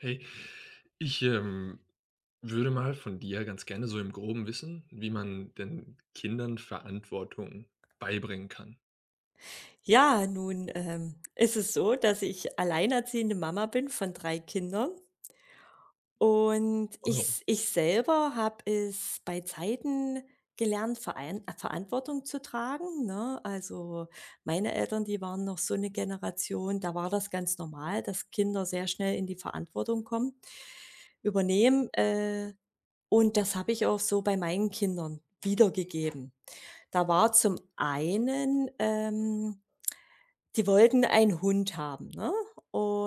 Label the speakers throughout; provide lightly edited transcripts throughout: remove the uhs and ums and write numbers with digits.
Speaker 1: Hey, ich, würde mal von dir ganz gerne so im Groben wissen, wie man denn Kindern Verantwortung beibringen kann.
Speaker 2: Ja, nun, ist es so, dass ich alleinerziehende Mama bin von 3 Kindern und
Speaker 1: Oh.
Speaker 2: ich selber habe es bei Zeiten gelernt, Verein Verantwortung zu tragen, ne? Also, meine Eltern, die waren noch so eine Generation, da war das ganz normal, dass Kinder sehr schnell in die Verantwortung kommen übernehmen, und das habe ich auch so bei meinen Kindern wiedergegeben. Da war zum einen, die wollten einen Hund haben, ne?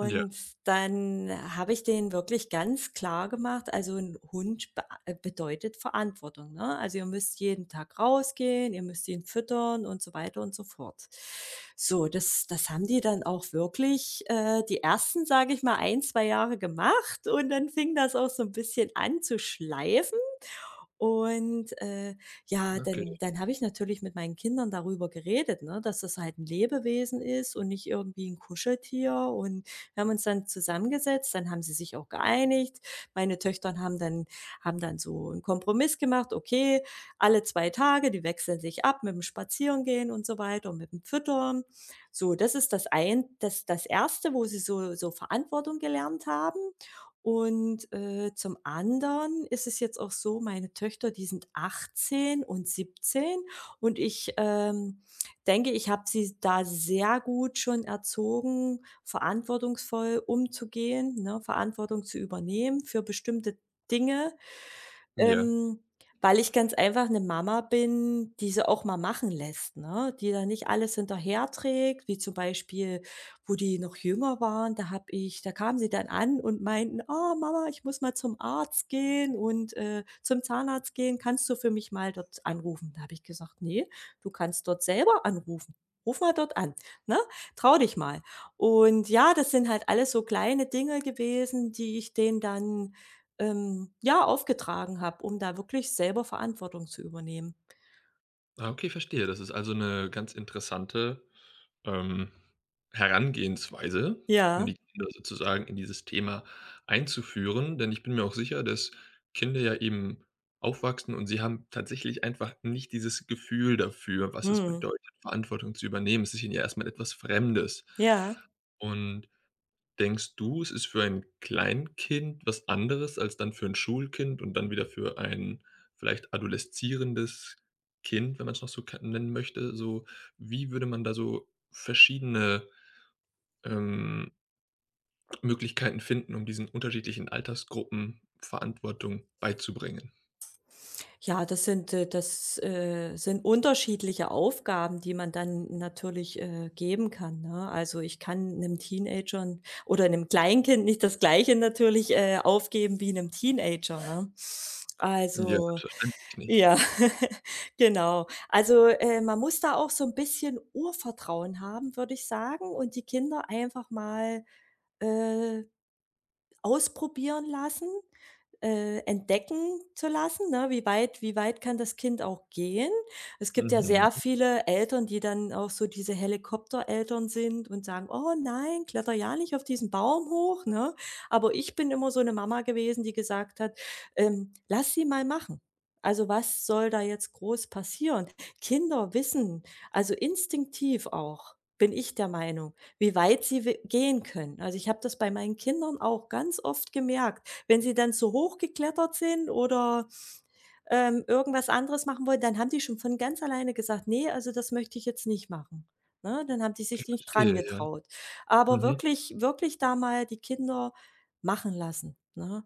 Speaker 1: Ja,
Speaker 2: dann habe ich denen wirklich ganz klar gemacht, also 'n Hund bea bedeutet Verantwortung, ne? Also, ihr müsst jeden Tag rausgehen, ihr müsst ihn füttern und so weiter und so fort. So, das haben die dann auch wirklich, die ersten, sage ich mal, ein, 2 Jahre gemacht und dann fing das auch so 'n bisschen an zu schleifen. Und, ja,
Speaker 1: okay.
Speaker 2: dann habe ich natürlich mit meinen Kindern darüber geredet, ne, dass das halt ein Lebewesen ist und nicht irgendwie ein Kuscheltier. Und wir haben uns dann zusammengesetzt, dann haben sie sich auch geeinigt. Meine Töchter haben dann so einen Kompromiss gemacht: „Okay, alle 2 Tage, die wechseln sich ab mit dem Spazierengehen und so weiter und mit dem Füttern.“ So, das ist das ein das das erste, wo sie so Verantwortung gelernt haben. Und, zum anderen ist es jetzt auch so, meine Töchter, die sind 18 und 17 und ich, denke, ich habe sie da sehr gut schon erzogen, verantwortungsvoll umzugehen, ne, Verantwortung zu übernehmen für bestimmte Dinge,
Speaker 1: Ja.
Speaker 2: ähm, weil ich ganz einfach 'ne Mama bin, die sie auch mal machen lässt, ne? Die da nicht alles hinterherträgt, wie zum Beispiel, wo die noch jünger waren, da habe ich da kamen sie dann an und meinten: „Oh Mama, ich muss mal zum Arzt gehen und, zum Zahnarzt gehen. Kannst du für mich mal dort anrufen?“ Da habe ich gesagt: „Ne, du kannst dort selber anrufen. Ruf mal dort an, ne? Trau dich mal.“ Und ja, das sind halt alles so kleine Dinge gewesen, die ich denen dann ja, aufgetragen habe, um da wirklich selber Verantwortung zu übernehmen.
Speaker 1: Ah, okay, verstehe. Das ist also eine ganz interessante Ähm, Herangehensweise, um
Speaker 2: Ja,
Speaker 1: die Kinder sozusagen in dieses Thema einzuführen, denn ich bin mir auch sicher, dass Kinder ja eben aufwachsen und sie haben tatsächlich einfach nicht dieses Gefühl dafür, was es
Speaker 2: mhm,
Speaker 1: bedeutet, Verantwortung zu übernehmen. Es ist ihnen ja erstmal etwas Fremdes.
Speaker 2: ja.
Speaker 1: Und denkst du, es ist für ein Kleinkind was anderes als dann für 'n Schulkind und dann wieder für ein vielleicht adoleszierendes Kind, wenn man's noch so ka nennen möchte? So, wie würde man da so verschiedene, ähm, Möglichkeiten finden, um diesen unterschiedlichen Altersgruppen Verantwortung beizubringen?
Speaker 2: Ja, das, sind unterschiedliche Aufgaben, die man dann natürlich, geben kann, ne? Also, ich kann einem Teenager oder einem Kleinkind nicht das Gleiche natürlich, aufgeben wie einem Teenager, ne?
Speaker 1: Ja,
Speaker 2: Also
Speaker 1: selbstverständlich nicht.
Speaker 2: ja, genau. Also, man muss da auch so ein bisschen Urvertrauen haben, würde ich sagen, und die Kinder einfach mal, äh, Ausprobieren lassen, entdecken zu lassen, ne? Wie weit kann das Kind auch gehen? Es gibt ja
Speaker 1: Mhm,
Speaker 2: sehr viele Eltern, die dann auch so diese Helikoptereltern sind und sagen: „Oh nein, kletter ja nicht auf diesen Baum hoch“, ne? Aber ich bin immer so eine Mama gewesen, die gesagt hat, „Lass sie mal machen.“ Also, was soll da jetzt groß passieren? Kinder wissen also, instinktiv auch, bin ich der Meinung, wie weit sie we gehen können. Also, ich habe das bei meinen Kindern auch ganz oft gemerkt. Wenn sie dann zu hoch geklettert sind oder, irgendwas anderes machen wollen, dann haben die schon von ganz alleine gesagt: nee, also das möchte ich jetzt nicht machen.“ Ne, dann haben die sich nicht dran
Speaker 1: verstehe, ja.
Speaker 2: getraut. Aber
Speaker 1: Mhm,
Speaker 2: wirklich da mal die Kinder machen lassen, ne?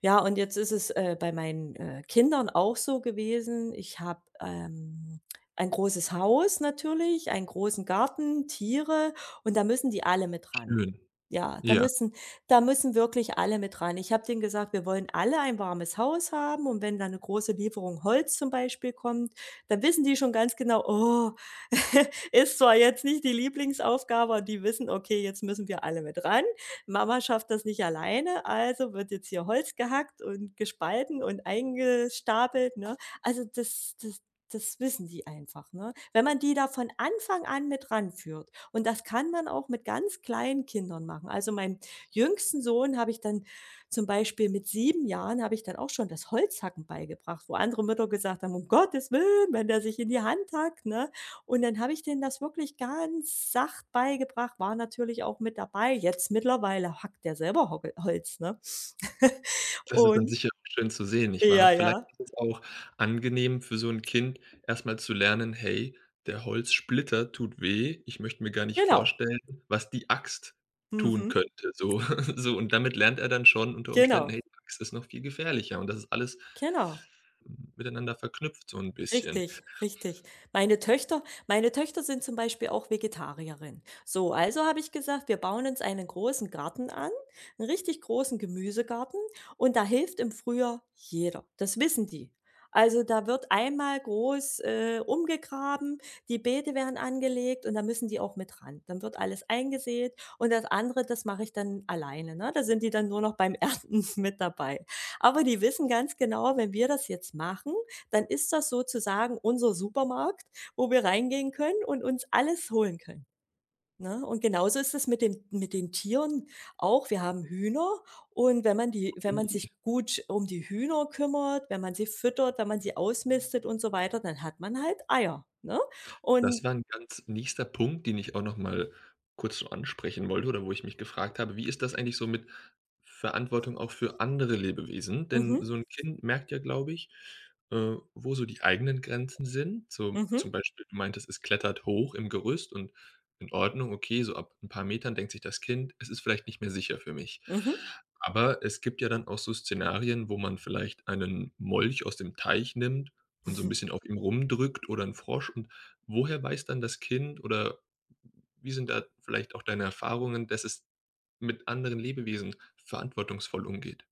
Speaker 2: Ja, und jetzt ist es, bei meinen, Kindern auch so gewesen. Ich habe, ein großes Haus natürlich, einen großen Garten, Tiere und da müssen die alle mit ran.
Speaker 1: schön.
Speaker 2: Ja,
Speaker 1: Ja.
Speaker 2: da müssen wirklich alle mit ran. Ich habe denen gesagt: „Wir wollen alle ein warmes Haus haben“, und wenn da eine große Lieferung Holz zum Beispiel kommt, dann wissen die schon ganz genau: oh, ist zwar jetzt nicht die Lieblingsaufgabe, aber die wissen: „Okay, jetzt müssen wir alle mit ran. Mama schafft das nicht alleine, also wird jetzt hier Holz gehackt und gespalten und eingestapelt“, ne? Also, das wissen die einfach, ne? Wenn man die da von Anfang an mit ranführt, und das kann man auch mit ganz kleinen Kindern machen. Also, meinem jüngsten Sohn habe ich dann zum Beispiel mit 7 Jahren habe ich dann auch schon das Holzhacken beigebracht, wo andere Mütter gesagt haben: „Um Gottes Willen, wenn der sich in die Hand hackt“, ne? Und dann habe ich denen das wirklich ganz sacht beigebracht, war natürlich auch mit dabei. Jetzt mittlerweile hackt der selber Hocke Holz, ne?
Speaker 1: Das ist dann
Speaker 2: Und
Speaker 1: sicher auch schön zu sehen, nicht wahr?
Speaker 2: ja,
Speaker 1: Vielleicht
Speaker 2: ja,
Speaker 1: ist es auch angenehm für so 'n Kind, erst mal zu lernen: „Hey, der Holzsplitter tut weh. Ich möchte mir gar nicht
Speaker 2: genau.
Speaker 1: vorstellen, was die Axt tun
Speaker 2: Mhm.
Speaker 1: könnte“, so. So, und damit lernt er dann schon unter Umständen:
Speaker 2: Genau,
Speaker 1: „Hey, die Axt ist noch viel gefährlicher“, und das ist alles
Speaker 2: genau,
Speaker 1: hm, miteinander verknüpft so 'n bisschen.
Speaker 2: richtig, richtig. Meine Töchter sind zum Beispiel auch Vegetarierin. So, also habe ich gesagt, wir bauen uns einen großen Garten an, einen richtig großen Gemüsegarten, und da hilft im Frühjahr jeder. Das wissen die. Also, da wird einmal groß, umgegraben, die Beete werden angelegt und da müssen die auch mit ran. Dann wird alles eingesät und das andere, das mache ich dann alleine, ne? Da sind die dann nur noch beim Ernten mit dabei. Aber die wissen ganz genau, wenn wir das jetzt machen, dann ist das sozusagen unser Supermarkt, wo wir reingehen können und uns alles holen können, ne? Und genauso ist es mit den Tieren auch. Wir haben Hühner, und wenn man sich gut um die Hühner kümmert, wenn man sie füttert, wenn man sie ausmistet und so weiter, dann hat man halt Eier, ne?
Speaker 1: Das
Speaker 2: Und
Speaker 1: war 'n ganz nächster Punkt, den ich auch noch mal kurz so ansprechen wollte, oder wo ich mich gefragt habe: „Wie ist das eigentlich so mit Verantwortung auch für andere Lebewesen?“
Speaker 2: mhm,
Speaker 1: Denn so 'n Kind merkt ja, glaube ich, wo so die eigenen Grenzen sind. So zum
Speaker 2: mhm,
Speaker 1: Beispiel, du meintest, es klettert hoch im Gerüst und in Ordnung, okay, so ab 'n paar Metern denkt sich das Kind: „Es ist vielleicht nicht mehr sicher für mich.“
Speaker 2: mhm.
Speaker 1: Aber es gibt ja dann auch so Szenarien, wo man vielleicht einen Molch aus dem Teich nimmt und so 'n bisschen auf ihm rumdrückt oder 'n Frosch und woher weiß dann das Kind, oder wie sind da vielleicht auch deine Erfahrungen, dass es mit anderen Lebewesen verantwortungsvoll umgeht?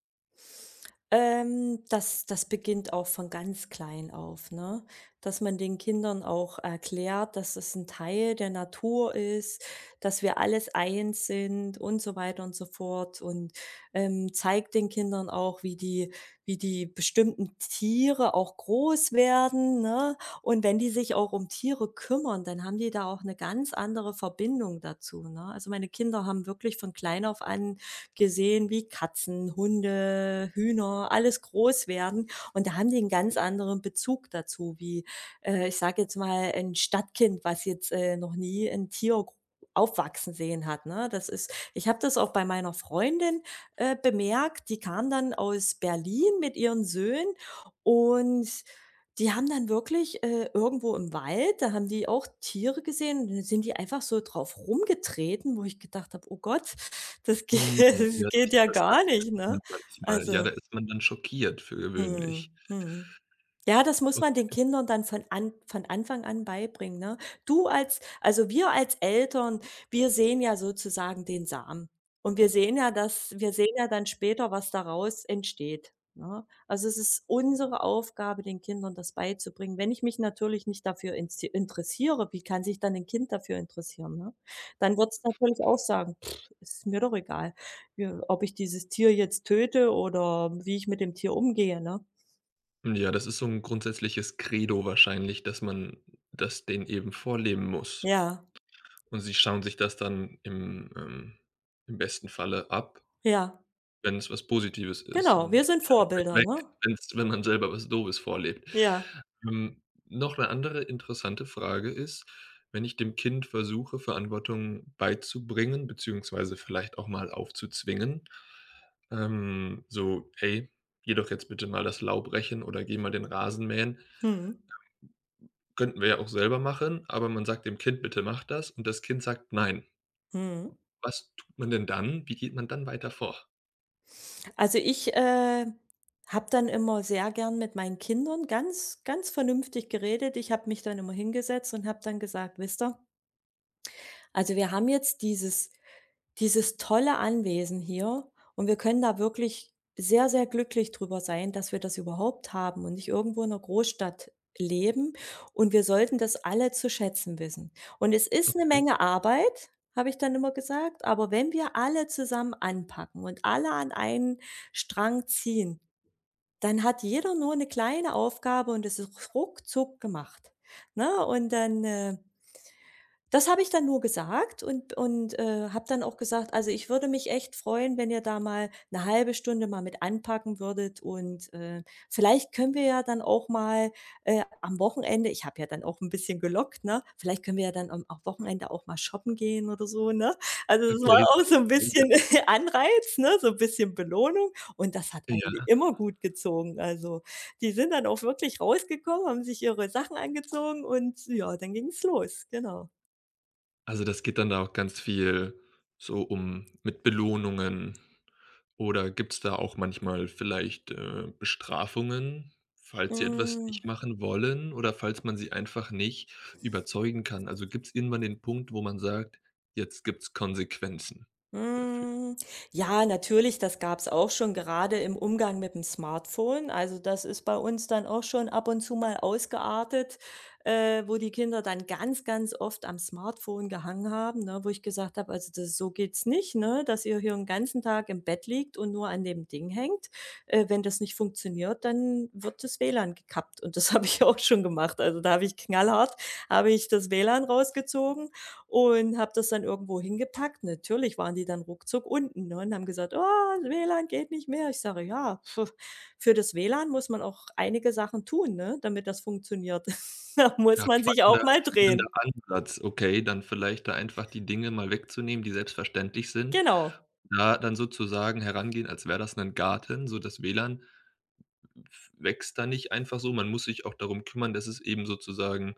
Speaker 2: Das beginnt auch von ganz klein auf, ne? Dass man den Kindern auch erklärt, dass es ein Teil der Natur ist, dass wir alles eins sind und so weiter und so fort, und, zeigt den Kindern auch, wie die bestimmten Tiere auch groß werden, ne? Und wenn die sich auch um Tiere kümmern, dann haben die da auch eine ganz andere Verbindung dazu, ne? Also, meine Kinder haben wirklich von klein auf an gesehen, wie Katzen, Hunde, Hühner, alles groß werden. Und da haben die einen ganz anderen Bezug dazu, wie, ich sage jetzt mal, ein Stadtkind, was jetzt, noch nie ein Tier aufwachsen sehen hat, ne? Das ist ich habe das auch bei meiner Freundin, bemerkt. Die kam dann aus Berlin mit ihren Söhnen, und die haben dann wirklich, irgendwo im Wald, da haben die auch Tiere gesehen und dann sind die einfach so drauf rumgetreten, wo ich gedacht habe: „Oh Gott, das geht
Speaker 1: Hm, ja,
Speaker 2: das geht
Speaker 1: das
Speaker 2: ja
Speaker 1: das hat
Speaker 2: gar
Speaker 1: das
Speaker 2: nicht,
Speaker 1: sieht man
Speaker 2: ne?
Speaker 1: manchmal. Ja,
Speaker 2: Also,
Speaker 1: da ist man dann schockiert für gewöhnlich.
Speaker 2: mhm, mhm. Ja, das muss
Speaker 1: O
Speaker 2: man den Kindern dann von Anfang an beibringen, ne? Du als also wir als Eltern, wir sehen ja sozusagen den Samen und wir sehen ja, dass wir sehen ja dann später, was daraus entsteht, ne? Also, es ist unsere Aufgabe, den Kindern das beizubringen. Wenn ich mich natürlich nicht dafür insti interessiere, wie kann sich dann ein Kind dafür interessieren, ne? Dann wird es natürlich auch sagen: pff, „Ist mir doch egal, ja, ob ich dieses Tier jetzt töte oder wie ich mit dem Tier umgehe“, ne?
Speaker 1: ja, das ist so 'n grundsätzliches Credo wahrscheinlich, dass man das denen eben vorleben muss.
Speaker 2: Ja,
Speaker 1: Und sie schauen sich das dann im, im besten Falle ab,
Speaker 2: ja.
Speaker 1: wenn es was Positives ist,
Speaker 2: Genau, wir
Speaker 1: und
Speaker 2: sind
Speaker 1: schon vielleicht
Speaker 2: Vorbilder,
Speaker 1: weg,
Speaker 2: ne?
Speaker 1: wenn's wenn man selber was Doofes vorlebt.
Speaker 2: Ja.
Speaker 1: Noch 'ne andere interessante Frage ist, wenn ich dem Kind versuche, Verantwortung beizubringen, beziehungsweise vielleicht auch mal aufzuzwingen, so: „Hey, geh doch jetzt bitte mal das Laub rechen oder geh mal den Rasen mähen.“
Speaker 2: Mhm.
Speaker 1: Könnten wir ja auch selber machen, aber man sagt dem Kind: „Bitte mach das.“, und das Kind sagt: „Nein.“
Speaker 2: Mhm.
Speaker 1: Was tut man denn dann? Wie geht man dann weiter vor?
Speaker 2: Also, ich, habe dann immer sehr gern mit meinen Kindern ganz, ganz vernünftig geredet. Ich habe mich dann immer hingesetzt und habe dann gesagt: „Wisst ihr?“ Also, wir haben jetzt dieses tolle Anwesen hier und wir können da wirklich sehr, sehr glücklich drüber sein, dass wir das überhaupt haben und nicht irgendwo in einer Großstadt leben, und wir sollten das alle zu schätzen wissen. Und es ist eine
Speaker 1: Okay.
Speaker 2: Menge Arbeit, habe ich dann immer gesagt, aber wenn wir alle zusammen anpacken und alle an einen Strang ziehen, dann hat jeder nur eine kleine Aufgabe und es ist ruckzuck gemacht, ne? Und dann, das habe ich dann nur gesagt, und habe dann auch gesagt: „Also, ich würde mich echt freuen, wenn ihr da mal eine halbe Stunde mal mit anpacken würdet, und, vielleicht können wir ja dann auch mal, am Wochenende“, ich habe ja dann auch ein bisschen gelockt, ne? „Vielleicht können wir ja dann am Wochenende auch mal shoppen gehen oder so“, ne? Also, das war
Speaker 1: Okay.
Speaker 2: auch so ein bisschen Anreiz, ne, so ein bisschen Belohnung, und das hat
Speaker 1: Ja.
Speaker 2: eigentlich immer gut gezogen. Also, die sind dann auch wirklich rausgekommen, haben sich ihre Sachen angezogen und ja, dann ging's los, genau.
Speaker 1: Also, das geht dann da auch ganz viel so um mit Belohnungen, oder gibt's da auch manchmal vielleicht, Bestrafungen, falls sie etwas
Speaker 2: Hm,
Speaker 1: nicht machen wollen oder falls man sie einfach nicht überzeugen kann? Also, gibt's irgendwann den Punkt, wo man sagt: „Jetzt gibt's Konsequenzen dafür?“
Speaker 2: hm, ja, natürlich, das gab's auch schon gerade im Umgang mit dem Smartphone. Also, das ist bei uns dann auch schon ab und zu mal ausgeartet, wo die Kinder dann ganz, ganz oft am Smartphone gehangen haben, ne, wo ich gesagt habe: „Also, das so geht's nicht, ne, dass ihr hier den ganzen Tag im Bett liegt und nur an dem Ding hängt. Wenn das nicht funktioniert, dann wird das WLAN gekappt.“ Und das habe ich auch schon gemacht. Also, da habe ich knallhart habe ich das WLAN rausgezogen und habe das dann irgendwo hingepackt. Natürlich waren die dann ruckzuck unten, ne, und haben gesagt: „Oh, WLAN geht nicht mehr.“ Ich sage: „Ja, pf, für das WLAN muss man auch einige Sachen tun, ne, damit das funktioniert. Da
Speaker 1: Ja,
Speaker 2: muss man sich auch
Speaker 1: spannender
Speaker 2: mal
Speaker 1: spannender
Speaker 2: drehen.“
Speaker 1: Ansatz. Okay, dann vielleicht da einfach die Dinge mal wegzunehmen, die selbstverständlich sind.
Speaker 2: Genau.
Speaker 1: Da dann sozusagen herangehen, als wäre das ein Garten, so das WLAN wächst da nicht einfach so. Man muss sich auch darum kümmern, dass es eben sozusagen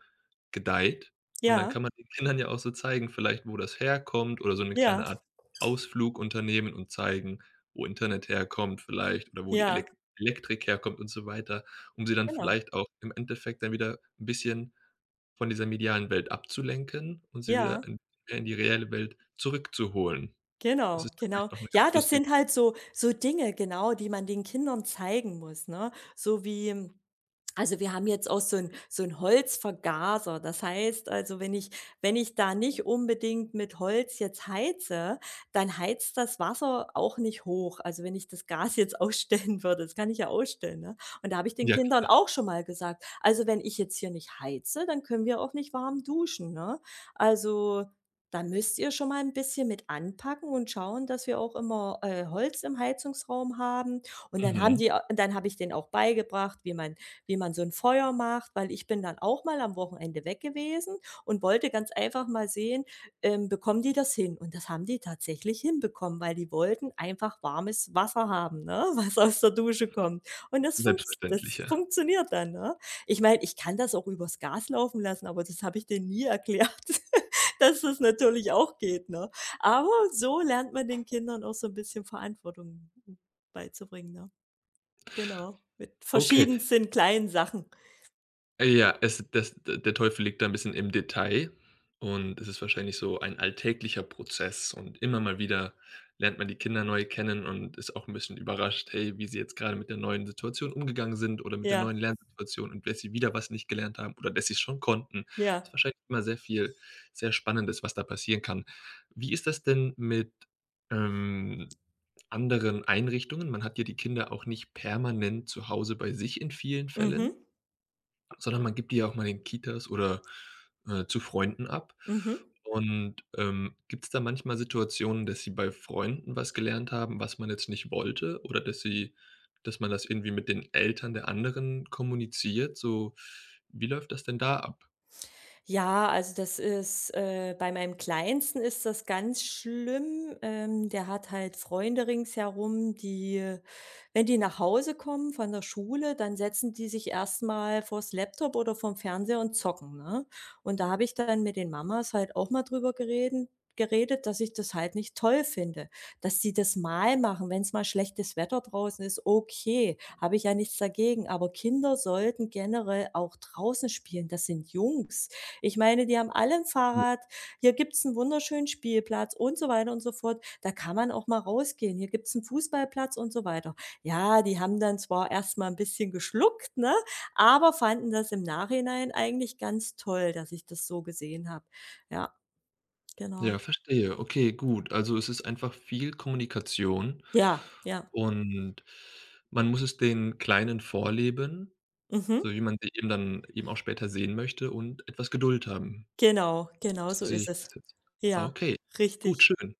Speaker 1: gedeiht. Und dann
Speaker 2: Ja,
Speaker 1: kann man den Kindern ja auch so zeigen, vielleicht, wo das herkommt, oder so eine
Speaker 2: ja,
Speaker 1: kleine Art Ausflug unternehmen und zeigen, wo Internet herkommt vielleicht oder wo die Elek
Speaker 2: ja,
Speaker 1: Elektrik herkommt und so weiter, um sie dann
Speaker 2: genau.
Speaker 1: vielleicht auch im Endeffekt dann wieder ein bisschen von dieser medialen Welt abzulenken und sie wieder
Speaker 2: Ja,
Speaker 1: in mehr in die reelle Welt zurückzuholen. Das
Speaker 2: genau,
Speaker 1: ist
Speaker 2: genau.
Speaker 1: vielleicht auch eine ganz
Speaker 2: Ja, das
Speaker 1: lustige,
Speaker 2: sind halt so Dinge, genau, die man den Kindern zeigen muss, ne? So wie Also, wir haben jetzt auch so ein Holzvergaser. Das heißt also, wenn ich da nicht unbedingt mit Holz jetzt heize, dann heizt das Wasser auch nicht hoch. Also, wenn ich das Gas jetzt ausstellen würde, das kann ich ja ausstellen, ne? Und da habe ich den
Speaker 1: ja
Speaker 2: Kindern
Speaker 1: klar,
Speaker 2: auch schon mal gesagt: „Also, wenn ich jetzt hier nicht heize, dann können wir auch nicht warm duschen, ne? Also, da müsst ihr schon mal ein bisschen mit anpacken und schauen, dass wir auch immer, Holz im Heizungsraum haben.“ Und
Speaker 1: mhm,
Speaker 2: dann habe ich denen auch beigebracht, wie man so 'n Feuer macht, weil ich bin dann auch mal am Wochenende weg gewesen und wollte ganz einfach mal sehen, bekommen die das hin? Und das haben die tatsächlich hinbekommen, weil die wollten einfach warmes Wasser haben, ne, was aus der Dusche kommt. Und das funktz das
Speaker 1: selbstverständlich, ja.
Speaker 2: funktioniert dann, ne? Ich meine, ich kann das auch übers Gas laufen lassen, aber das habe ich denen nie erklärt, dass das natürlich auch geht, ne? Aber so lernt man den Kindern auch so 'n bisschen Verantwortung beizubringen, ne? Genau, mit
Speaker 1: Okay,
Speaker 2: verschiedensten kleinen Sachen.
Speaker 1: ja, es das der Teufel liegt da ein bisschen im Detail, und es ist wahrscheinlich so ein alltäglicher Prozess, und immer mal wieder lernt man die Kinder neu kennen und ist auch ein bisschen überrascht, hey, wie sie jetzt gerade mit der neuen Situation umgegangen sind oder mit der
Speaker 2: Ja,
Speaker 1: neuen Lernsituation und dass sie wieder was nicht gelernt haben oder dass sie es schon konnten. Es ist
Speaker 2: ja.
Speaker 1: wahrscheinlich immer sehr Spannendes, was da passieren kann. Wie ist das denn mit, ähm, anderen Einrichtungen? Man hat ja die Kinder auch nicht permanent zu Hause bei sich in vielen
Speaker 2: Mhm,
Speaker 1: Fällen. Sondern man gibt die ja auch mal in Kitas oder, zu Freunden ab.
Speaker 2: mhm.
Speaker 1: Und, gibt es da manchmal Situationen, dass sie bei Freunden was gelernt haben, was man jetzt nicht wollte, oder dass man das irgendwie mit den Eltern der anderen kommuniziert? So, wie läuft das denn da ab?
Speaker 2: Ja, also das ist bei meinem Kleinsten ist das ganz schlimm. Der hat halt Freunde ringsherum, die, wenn die nach Hause kommen von der Schule, dann setzen die sich erstmal vors Laptop oder vorm Fernseher und zocken, ne? Und da habe ich dann mit den Mamas halt auch mal drüber gereden geredet, dass ich das halt nicht toll finde, dass sie das mal machen, wenn es mal schlechtes Wetter draußen ist, okay, habe ich ja nichts dagegen, aber Kinder sollten generell auch draußen spielen, das sind Jungs, ich meine, die haben alle ein
Speaker 1: J
Speaker 2: Fahrrad. Hier gibt's 'n wunderschönen Spielplatz und so weiter und so fort. Da kann man auch mal rausgehen. Hier gibt's 'n Fußballplatz und so weiter. Ja, die haben dann zwar erst mal 'n bisschen geschluckt, ne, aber fanden das im Nachhinein eigentlich ganz toll, dass ich das so gesehen habe. Ja, genau.
Speaker 1: ja, verstehe. Okay, gut. Also, es ist einfach viel Kommunikation,
Speaker 2: Ja, ja.
Speaker 1: und man muss es den Kleinen vorleben,
Speaker 2: Mhm.
Speaker 1: so wie man sie eben dann eben auch später sehen möchte, und etwas Geduld haben.
Speaker 2: Genau, genau
Speaker 1: So
Speaker 2: so
Speaker 1: sehe ich
Speaker 2: ist es.
Speaker 1: das jetzt. Ah,
Speaker 2: Ja,
Speaker 1: okay. Gut,
Speaker 2: richtig.
Speaker 1: schön.